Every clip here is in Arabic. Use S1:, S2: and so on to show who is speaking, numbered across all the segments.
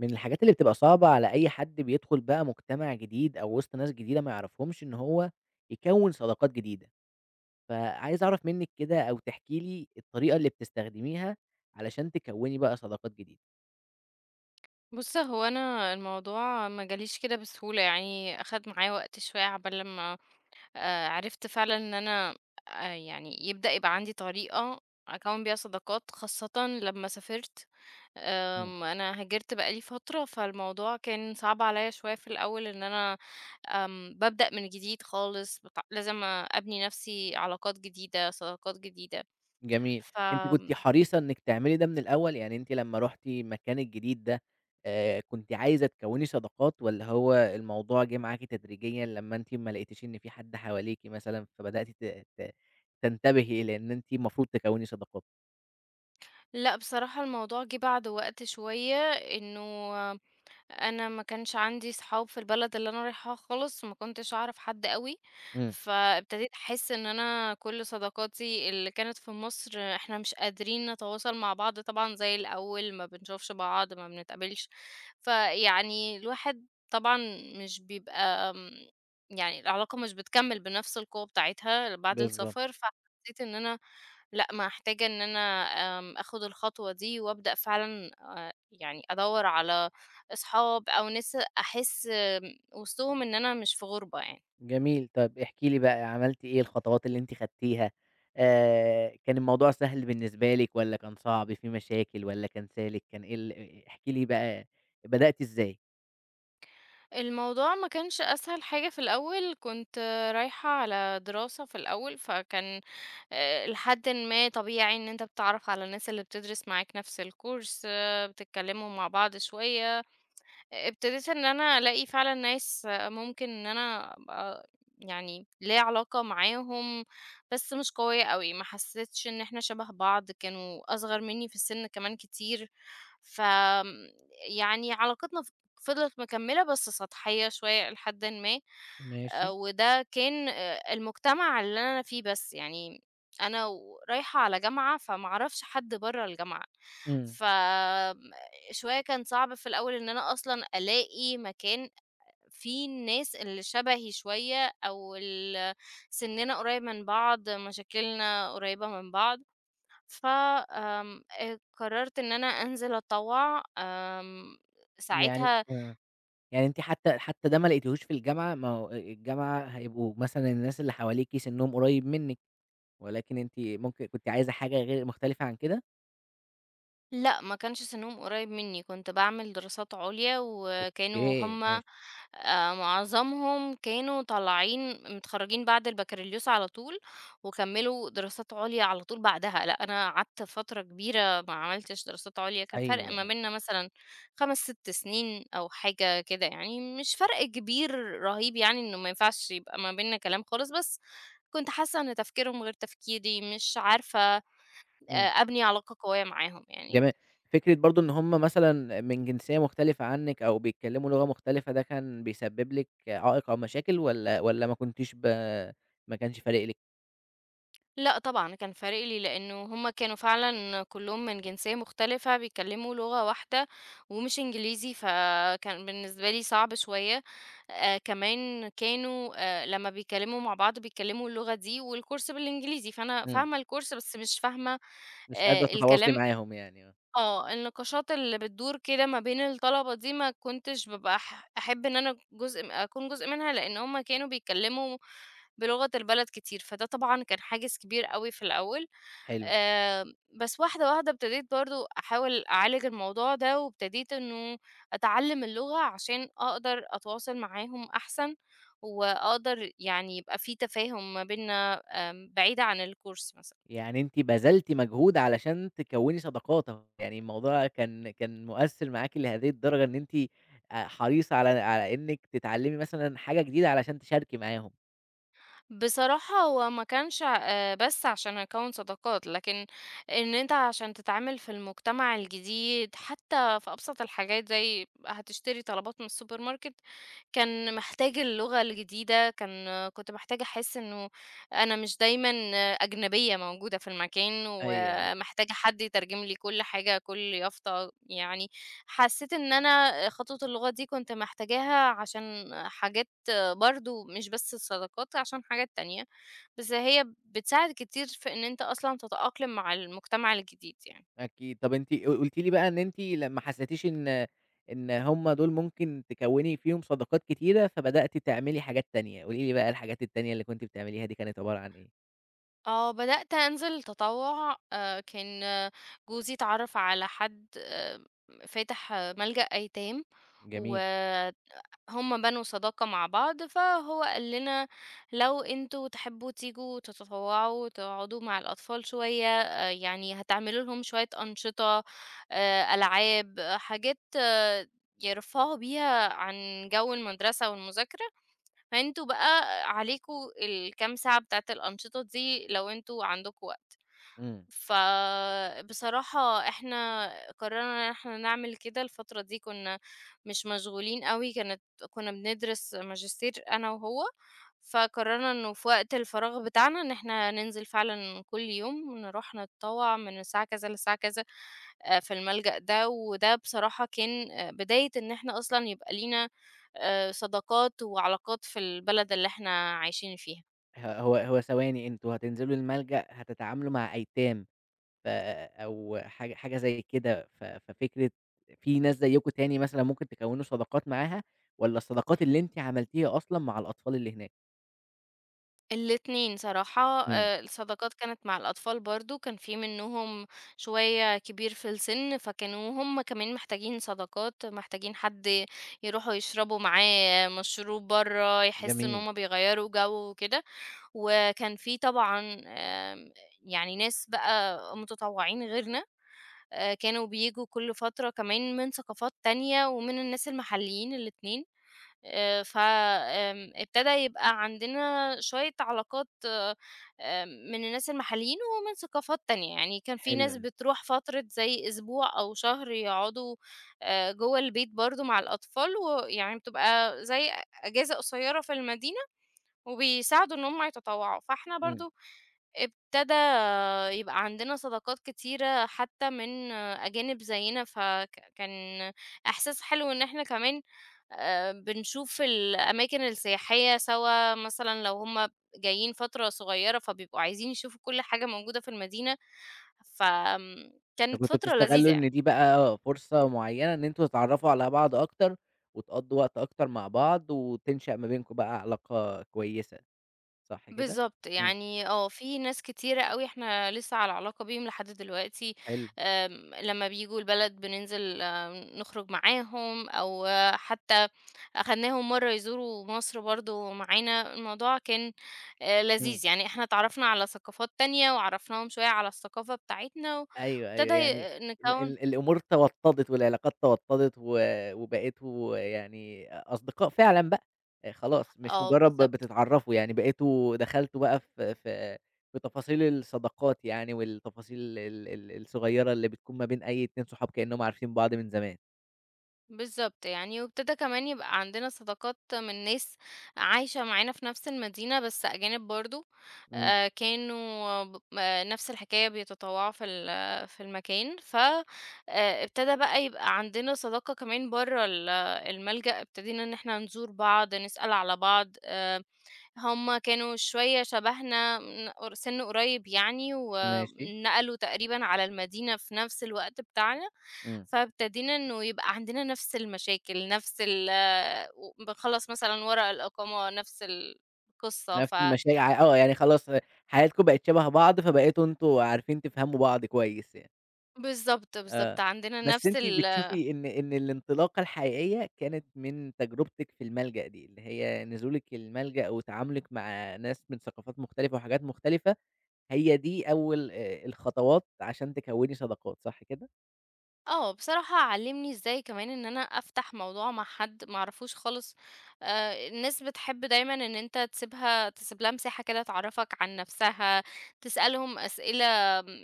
S1: من الحاجات اللي بتبقى صعبة على أي حد بيدخل بقى مجتمع جديد أو وسط ناس جديدة ما يعرفهمش إن هو يكوّن صداقات جديدة، فعايز أعرف منِّك كده أو تحكي لي الطريقة اللي بتستخدميها علشان تكوّني بقى صداقات جديدة.
S2: بُص، هو أنا الموضوع ما جاليش كده بسهولة، يعني أخَد معايا وقت شوية عقبال لمّا عرفت فعلًا إن أنا يعني يبدأ يبقى عندي طريقة أكوِّن بيها صداقات، خاصةً لمّا سافرت.
S1: إمم.
S2: أنا هاجرت بقى لي فترة، فالموضوع كان صعب عليّا شوية في الأول إن أنا بابدأ من جديد خالص، لازم أبني نَفْسي علاقات جديدة، صداقات جديدة.
S1: جميل. أنتِ
S2: فآمم
S1: كنتِ حريصة إنِّك تعملي ده من الأول، يعني أنتِ لمّا رُحتِ المكان الجديد ده، كنتِ عايزة تكوّني صداقات والّا هو الموضوع جِه معاكِ تدريجيًا لمّا أنتِ ما لقيتيش إن في حد حواليكِ مثلًا فبدأتِ ت ت تنتبهي إلى إن أنتِ المفروض تكوّني صداقات؟
S2: لأ، بصراحة الموضوع جِه بعد وقت شوية إنه أنا ما كانش عندي صحاب في البلد اللي أنا رايحاها خالص، وما كنتش أعرف حد أوي،
S1: إمم.
S2: فابتديت أحس إن أنا كل صداقاتي اللي كانت في مصر إحنا مش قادرين نتواصل مع بعض طبعًا زي الأول، ما بنشوفش بعض، ما بنتقابلش، فيعني الواحد طبعًا مش بيبقى يعني العلاقة مش بتكمّل بنفس القوة بتاعتها بعد
S1: بالضبط.
S2: السفر، فحسيت إن أنا لأ، محتاجة إن أنا آخد الخطوة دي وأبدأ فعلًا يعني أدوّر على أصحاب أو ناس أحس وسطهم إن أنا مش في غُربة يعني.
S1: جميل. طَب احكي لي بقى عملتِ إيه، الخطوات اللي أنتِ خدتيها، كان الموضوع سهل بالنسبة لِك والّا كان صعب، في مشاكل والّا كان سالك، كان إيه ال احكي لي بقى بدأتِ إزاي؟
S2: الموضوع ما كانش أسهل حاجة في الأول، كنت رايحة على دراسة في الأول، فكان لحدٍ ما طبيعي إن أنت بتتعرّف على الناس اللي بتدرس معاك نفس الcourse بتتكلموا مع بعض شوية. ابتديت إن أنا ألاقي فعلًا ناس ممكن إن أنا أبقى يعني ليّا علاقة معاهم، بس مش قوية أوي، ما حسيتش إن إحنا شبه بعض، كانوا أصغر مني في السن كمان كتير، ف آمم، يعني علاقتنا فضلت مكملة بس سطحية شوية إلى حدٍ ما،
S1: ماشي.
S2: وده كان المجتمع اللي أنا فيه بس، يعني أنا رايحة على جامعة، فما أعرفش حد برّه الجامعة،
S1: إمم.
S2: ف شوية كان صعب في الأول إن أنا أصلًا ألاقي مكان فيه الناس اللي شبهي شوية أو سِننا قريب من بعض، مشاكلنا قريبة من بعض، ف آمم، قررت إن أنا أنزل أتطوّع،
S1: يعني
S2: ساعتها
S1: آه. يعني أنتِ حتى ده ما لقيتيهوش في الجامعة، ما هو الجامعة هيبقوا مثلًا الناس اللي حواليكِ سِنّهم قريب منِّك، ولكن أنتِ ممكن كنتِ عايزة حاجة غير مختلفة عن كده؟
S2: لأ، ما كانش سنهم قريب مني، كنت باعمل دراسات عليا وكانوا
S1: أوكي،
S2: هُم
S1: ماشي.
S2: معظمهم كانوا طالعين متخرّجين بعد البكالوريوس على طول وكمّلوا دراسات عليا على طول بعدها، لأ أنا قعدت فترة كبيرة ما عملتش دراسات عليا، كان فرق ما
S1: أيوه.
S2: بيننا مثلًا 5، 6 سنين أو حاجة كده يعني، مش فرق كبير رهيب يعني إنه ما ينفعش يبقى ما بيننا كلام خالص، بس كنت حاسة إن تفكيرهم غير تفكيري، مش عارفة أبني علاقة قوية معاهم يعني.
S1: جميل. فكرة برضه إن هم مثلًا من جنسية مختلفة عنِّك أو بيتكلّموا لغة مختلفة ده كان بيسبب لِك عائق أو مشاكل والّا ما كنتيش ما كانش فارق لِك؟
S2: لأ طبعًا، كان فارق لي لإنه هُم كانوا فعلًا كلّهم من جنسية مختلفة، بيتكلّموا لغة واحدة ومش إنجليزي، فكان بالنسبة لي صعب شوية. كمان كانوا لمّا بيتكلّموا مع بعض بيتكلّموا اللغة دي والكورس بالإنجليزي، فأنا
S1: إمم.
S2: فاهمة الكورس بس مش فاهمة
S1: مش قادرة تتواصلي
S2: الكلام
S1: معاهم يعني آه.
S2: النقاشات اللي بتدور كده ما بين الطلبة دي ما كنتش بابقى أحب إن أنا أكون جزء منها، لإن هُم كانوا بيتكلّموا بلغة البلد كتير، فده طبعًا كان حاجز كبير أوي في الأول.
S1: حلو.
S2: آمم، بس واحدة، واحدة ابتديت برضه أحاول أعالج الموضوع ده، وابتديت إنه أتعلم اللغة عشان أقدر أتواصل معاهم أحسن، وأقدر يعني يبقى في تفاهم ما بيننا بعيد عن الcourse مثلًا.
S1: يعني أنتِ بذلتِ مجهود علشان تكوّني صداقات أهو. يعني الموضوع كان مؤثّر معاكِ لهذه الدرجة إن أنتِ حريصة على إنِّك تتعلّمي مثلًا حاجة جديدة علشان تشاركي معاهم.
S2: بصراحة هو ما كانش بس عشان أكون صداقات لكن إن أنت عشان تتعامل في المجتمع الجديد حتى في أبسط الحاجات زي هتشتري طلبات من السوبر ماركت كان محتاج اللغة الجديدة كان كنت محتاجة أحس إنه أنا مش دايما أجنبية موجودة في المكان
S1: أيوه.
S2: ومحتاجة حد يترجم لي كل حاجة كل يافطة يعني حسيت إن أنا خطوة اللغة دي كنت محتاجاها عشان حاجات برضه مش بس الصداقات عشان حاجات تانية، بس هي بتساعد كتير في إن أنت أصلًا تتأقلم مع المجتمع الجديد يعني.
S1: أكيد. طب أنتِ قُلتِ لي بقى إن أنتِ لمّا حسيتيش إن هم دول ممكن تكوّني فيهم صداقات كتيرة، فبدأتِ تعملي حاجات تانية، قولي لي بقى الحاجات التانية اللي كنتِ بتعمليها دي كانت عبارة عن إيه؟
S2: بدأت أنزل تطوع كان آه، جوزي اتعرف على حد فاتح ملجأ أيتام و
S1: جميل.
S2: هُم بنوا صداقة مع بعض، فهو قال لنا لو أنتم تحبوا تيجوا تتطوعوا تقعدوا مع الأطفال شوية، يعني هتعملوا لهم شوية أنشطة، ألعاب، حاجات يرفّهوا بيها عن جو المدرسة والمذاكرة، فأنتم بقى عليكم الكام ساعة بتاعة الأنشطة دي لو أنتم عندكم وقت.
S1: إمم.
S2: فبصراحة إحنا قررنا إن إحنا نعمل كده الفترة دي كنا مش مشغولين أوي كنا بندرس ماجستير أنا وهو فقررنا إنه في وقت الفراغ بتاعنا إن إحنا ننزل فعلا كل يوم نروح نتطوع من الساعة كذا للساعة كذا في الملجأ ده وده بصراحة كان بداية إن إحنا أصلا يبقى لينا صداقات وعلاقات في البلد اللي إحنا عايشين فيها
S1: ه هو هو ثواني أنتم هتنزلوا الملجأ هتتعاملوا مع أيتام ف أو حاجة زي كده، ف ففكرة في ناس زيّكم تاني مثلًا ممكن تكوّنوا صداقات معاها والّا الصداقات اللي أنتِ عملتيها أصلًا مع الأطفال اللي هناك؟
S2: الاتنين صراحة
S1: إمم.
S2: الصداقات كانت مع الأطفال برضه، كان في منهم شوية كبير في السن، فكانوا هم كمان محتاجين صداقات، محتاجين حد يروحوا يشربوا معاه مشروب برّه، يحسوا إن
S1: جميل.
S2: هم بيغيّروا جو وكده، وكان في طبعًا آمم، يعني ناس بقى متطوعين غيرنا كانوا بييجوا كل فترة كمان من ثقافات تانية ومن الناس المحليين الاتنين. ف آمم ابتدى يبقى عندنا شوية علاقات من الناس المحليين ومن ثقافات تانية، يعني كان في
S1: حلو
S2: ناس
S1: ده.
S2: بتروح فترة زي أسبوع أو شهر يقعدوا جوّه البيت برضه مع الأطفال، ويعني بتبقى زي أجازة قصيّرة في المدينة وبيساعدوا إن هم يتطوّعوا، فإحنا
S1: إمم.
S2: برضه ابتدى يبقى عندنا صداقات كتيرة حتى من أجانب زينا فكان إحساس حلو إن احنا كمان بنشوف الأماكن السياحية سوا مثلا لو هما جايين فترة صغيرة فبيبقوا عايزين يشوفوا كل حاجة موجودة في المدينة فكانت
S1: فكنتوا
S2: فترة لذيذة
S1: بتستغلوا
S2: يعني
S1: إن دي بقى فرصة معيّنة إن أنتم تتعرّفوا على بعض أكتر، وتقضّوا وقت أكتر مع بعض، وتنشأ ما بينكم بقى علاقة كويسة، صح كده؟
S2: بالضبط،
S1: إمم.
S2: يعني في ناس كتيرة أوي إحنا لسه على علاقة بيهم لحد دلوقتي،
S1: حلو.
S2: لمّا بييجوا البلد بننزل نخرج معاهم، أو حتى أخدناهم مرّة يزوروا مصر برضه معانا، الموضوع كان
S1: إمم.
S2: لذيذ، يعني إحنا اتعرّفنا على ثقافات تانية وعرّفناهم شوية على الثقافة بتاعتنا،
S1: أيوه، أيوه،
S2: وابتدى
S1: يعني ال
S2: نكوّن
S1: ال الأمور توطّدت والعلاقات توطّدت و وبقيتوا يعني أصدقاء فعلًا بقى، خلاص مش
S2: آه
S1: مجرّد
S2: بالضبط.
S1: بتتعرّفوا يعني بقيتوا دخلتوا بقى في تفاصيل الصداقات يعني والتفاصيل ال الصغيّرة اللي بتكون ما بين أي 2 صحاب كإنّهم عارفين بعض من زمان.
S2: بالضبط يعني، وابتدى كمان يبقى عندنا صداقات من ناس عايشة معانا في نفس المدينة بس أجانب برضه،
S1: إمم.
S2: كانوا ب آه، نفس الحكاية بيتطوعوا في المكان، ف ابتدى بقى يبقى عندنا صداقة كمان برّه الملجأ، ابتدينا إن إحنا نزور بعض، نسأل على بعض هُم كانوا شوية شبهنا ن قر سِن قريب يعني،
S1: ماشي.
S2: ونقلوا تقريبًا على المدينة في نفس الوقت بتاعنا،
S1: إمم.
S2: فابتدينا إنه يبقى عندنا نفس المشاكل، نفس ال آه، و بنخلّص مثلًا ورق الإقامة، نفس القصة،
S1: نفس المشاع آه، يعني خلاص حياتكم بقت شبه بعض، فبقيتوا أنتم عارفين تفهموا بعض كويس يعني،
S2: بالضبط، بالضبط،
S1: آه.
S2: عندنا
S1: بس
S2: نفس
S1: أنتِ
S2: ال
S1: بتشوفي إن الانطلاقة الحقيقية كانت من تجربتِك في الملجأ دي، اللي هي نزولِك الملجأ وتعاملِك مع ناس من ثقافات مختلفة وحاجات مختلفة، هي دي أول الخطوات عشان تكوّني صداقات، صح كده؟
S2: آه، بصراحة علّمني إزاي كمان إن أنا أفتح موضوع مع حد ما أعرفوش خالص، الناس بتحب دايمًا إن أنت تسيب لها مساحة كده تعرّفك عن نفسها، تسألهم أسئلة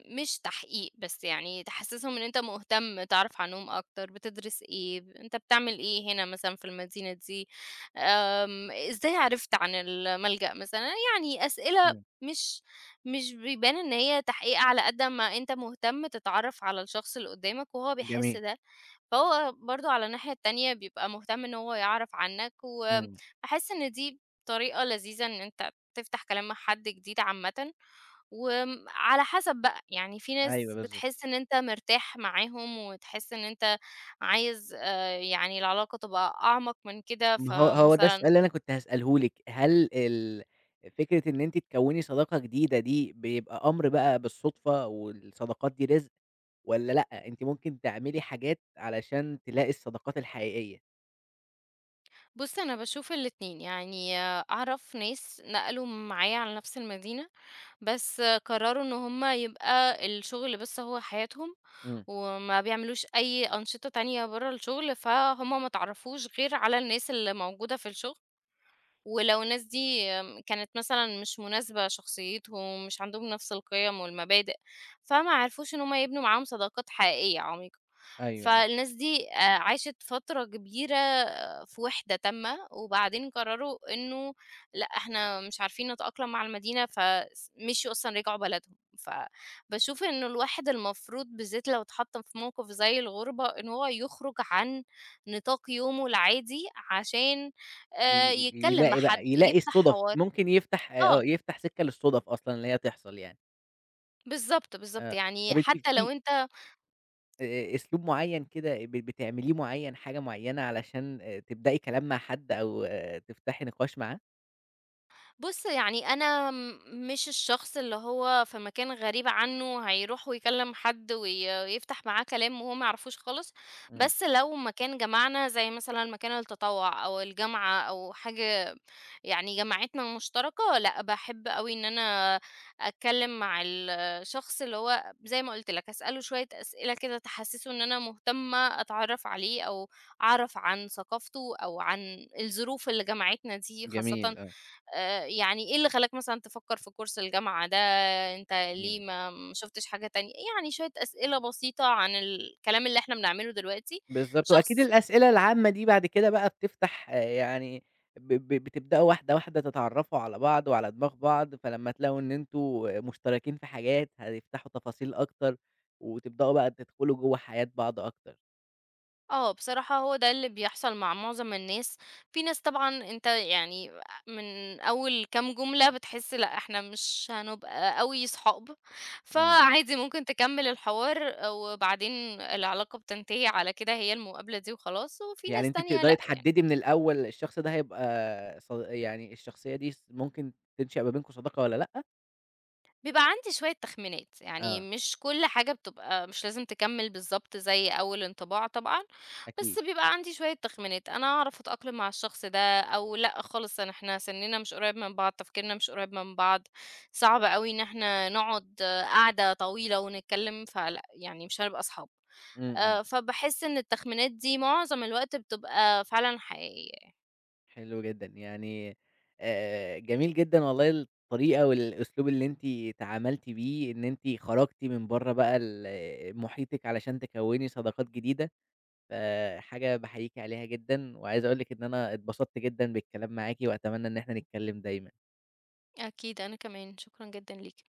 S2: مش تحقيق بس يعني تحسسهم إن أنت مهتم، تعرف عنهم أكتر، بتدرس إيه، أنت بتعمل إيه هنا مثلًا في المدينة دي، إزاي عرفت عن الملجأ مثلًا، يعني أسئلة
S1: إمم.
S2: مش بيبان إن هي تحقيق على قد أمّا أنت مهتم تتعرّف على الشخص اللي قدّامك وهو بيحس
S1: جميل.
S2: ده، فهو برضه على الناحية التانية بيبقى مهتم إن هو يعرف عنّك،
S1: إمم.
S2: وباحس إن دي طريقة لذيذة إن أنت تفتح كلام مع حد جديد عامةً، على حسب بقى، يعني في
S1: أيوه
S2: ناس
S1: بالضبط.
S2: بتحس إن أنت مرتاح معاهم وتحس إن أنت عايز يعني العلاقة تبقى أعمق من كده،
S1: ما هو هو ده
S2: فمثلًا
S1: السؤال اللي أنا كنت هاسأله لِك، هل فكرة إن أنتِ تكوّني صداقة جديدة دي بيبقى أمر بقى بالصُدفة والصداقات دي رزق والّا لأ، أنتِ ممكن تعملي حاجات علشان تلاقي الصداقات الحقيقية؟
S2: بُص أنا باشوف الاتنين، يعني أعرف ناس نقلوا معايا على نفس المدينة بس قرروا إن هُم يبقى الشغل بس هو حياتهم،
S1: إمم.
S2: وما بيعملوش أي أنشطة تانية برّه الشغل، فهُم ما اتعرّفوش غير على الناس اللي موجودة في الشغل، ولو الناس دي كانت مثلًا مش مناسبة شخصيتهم، مش عندهم نفس القيم والمبادئ، فما عرفوش إن هُم يبنوا معاهم صداقات حقيقية عميقة.
S1: أيوه، أيوه.
S2: فالناس دي عاشت فترة كبيرة في وِحدة تامة، وبعدين قرروا إنه لأ، إحنا مش عارفين نتأقلم مع المدينة، مشيوا أصلًا رجعوا بلدهم. فباشوف إنه الواحد المفروض بالذات لو اتحط في موقف زي الغُربة، إن هو يخرج عن نطاق يومه العادي عشان
S1: ي ي
S2: يتكلم مع
S1: يلاقي بقى
S2: حد،
S1: يلاقي
S2: يفتح
S1: الصُدف،
S2: حوار.
S1: ممكن يفتح
S2: آه،
S1: آه، يفتح سكة للصُدف أصلًا اللي هي تحصل يعني.
S2: بالضبط، بالضبط.
S1: آه.
S2: يعني
S1: طَب أنتِ
S2: حتى لو
S1: في
S2: أنت
S1: أسلوب معيّن كده بتعمليه معيّن، حاجة معيّنة علشان تبدئي كلام مع حد أو آه، تفتحي نقاش معاه؟
S2: بُص، يعني أنا مش الشخص اللي هو في مكان غريب عنّه هيروح ويكلّم حد ويفتح معاه كلام وهو ما يعرفوش خالص،
S1: إمم.
S2: بس لو مكان جمعنا زي مثلًا مكان التطوُّع أو الجامعة أو حاجة يعني جمعتنا مشتركة، لأ، باحب أوي إن أنا أتكلّم مع الشخص اللي هو زي ما قُلت لك، أسأله شوية أسئلة كده تحسّسه إن أنا مهتمة أتعرّف عليه أو أعرف عن ثقافته أو عن الظروف اللي جمعتنا دي خاصةً
S1: جميل آه.
S2: يعني إيه اللي خلّاك مثلًا تفكّر في كورس الجامعة ده، أنت ليه
S1: إمم.
S2: ما شُفتش حاجة تانية؟ يعني شوية أسئلة بسيطة عن الكلام اللي إحنا بنعمله دلوقتي،
S1: بالضبط، وأكيد
S2: شخص
S1: الأسئلة العامة دي بعد كده بقى بتفتح آه، يعني ب ب بتبدأوا واحدة، واحدة تتعرّفوا على بعض وعلى دماغ بعض، فلمّا تلاقوا إن أنتم مشتركين في حاجات هتفتحوا تفاصيل أكتر، وتبدأوا بقى تدخلوا جوّه حياة بعض أكتر.
S2: آه، بصراحة هو ده اللي بيحصل مع معظم الناس، في ناس طبعًا أنت يعني من أول كام جملة بتحس لأ، إحنا مش هنبقى أوي صحاب،
S1: إمم.
S2: فعادي ممكن تكمّل الحوار وبعدين العلاقة بتنتهي على كده هي المقابلة دي وخلاص، وفي
S1: يعني
S2: ناس
S1: أنتِ
S2: تانية
S1: بتقدري
S2: لأ يعني.
S1: تحددي من الأول الشخص ده هيبقى يعني الشخصية دي ممكن تنشأ ما بينكم صداقة والّا لأ؟
S2: بيبقى عندي شوية تخمينات، يعني
S1: آه.
S2: مش كل حاجة بتبقى مش لازم تكمّل بالضبط زي أول انطباع طبعًا، بس
S1: أكيد.
S2: بيبقى عندي شوية تخمينات، أنا أعرف أتأقلم مع الشخص ده أو لأ خالص أنا إحنا سِنِّنا مش قريّب من بعض، تفكيرنا مش قريّب من بعض، صعب أوي إن إحنا نقعد قعدة طويلة ونتكلّم، فلأ، يعني مش هنبقى أصحاب.
S1: إمم، إمم.
S2: فباحس إن التخمينات دي معظم الوقت بتبقى فعلًا حقيقية.
S1: حلو جدًا، يعني جميل جدًا والله الطريقة والأسلوب اللي أنتِ تعاملتِ بيه، إن أنتِ خرجتِ من برّه بقى محيطِك علشان تكوّني صداقات جديدة، فحاجة باحييكِ عليها جدًا، وعايز أقول لِك إن أنا اتبسطت جدًا بالكلام معاكِ، وأتمنى إن إحنا نتكلم دايمًا.
S2: أكيد، أنا كمان، شكرًا جدًا ليك.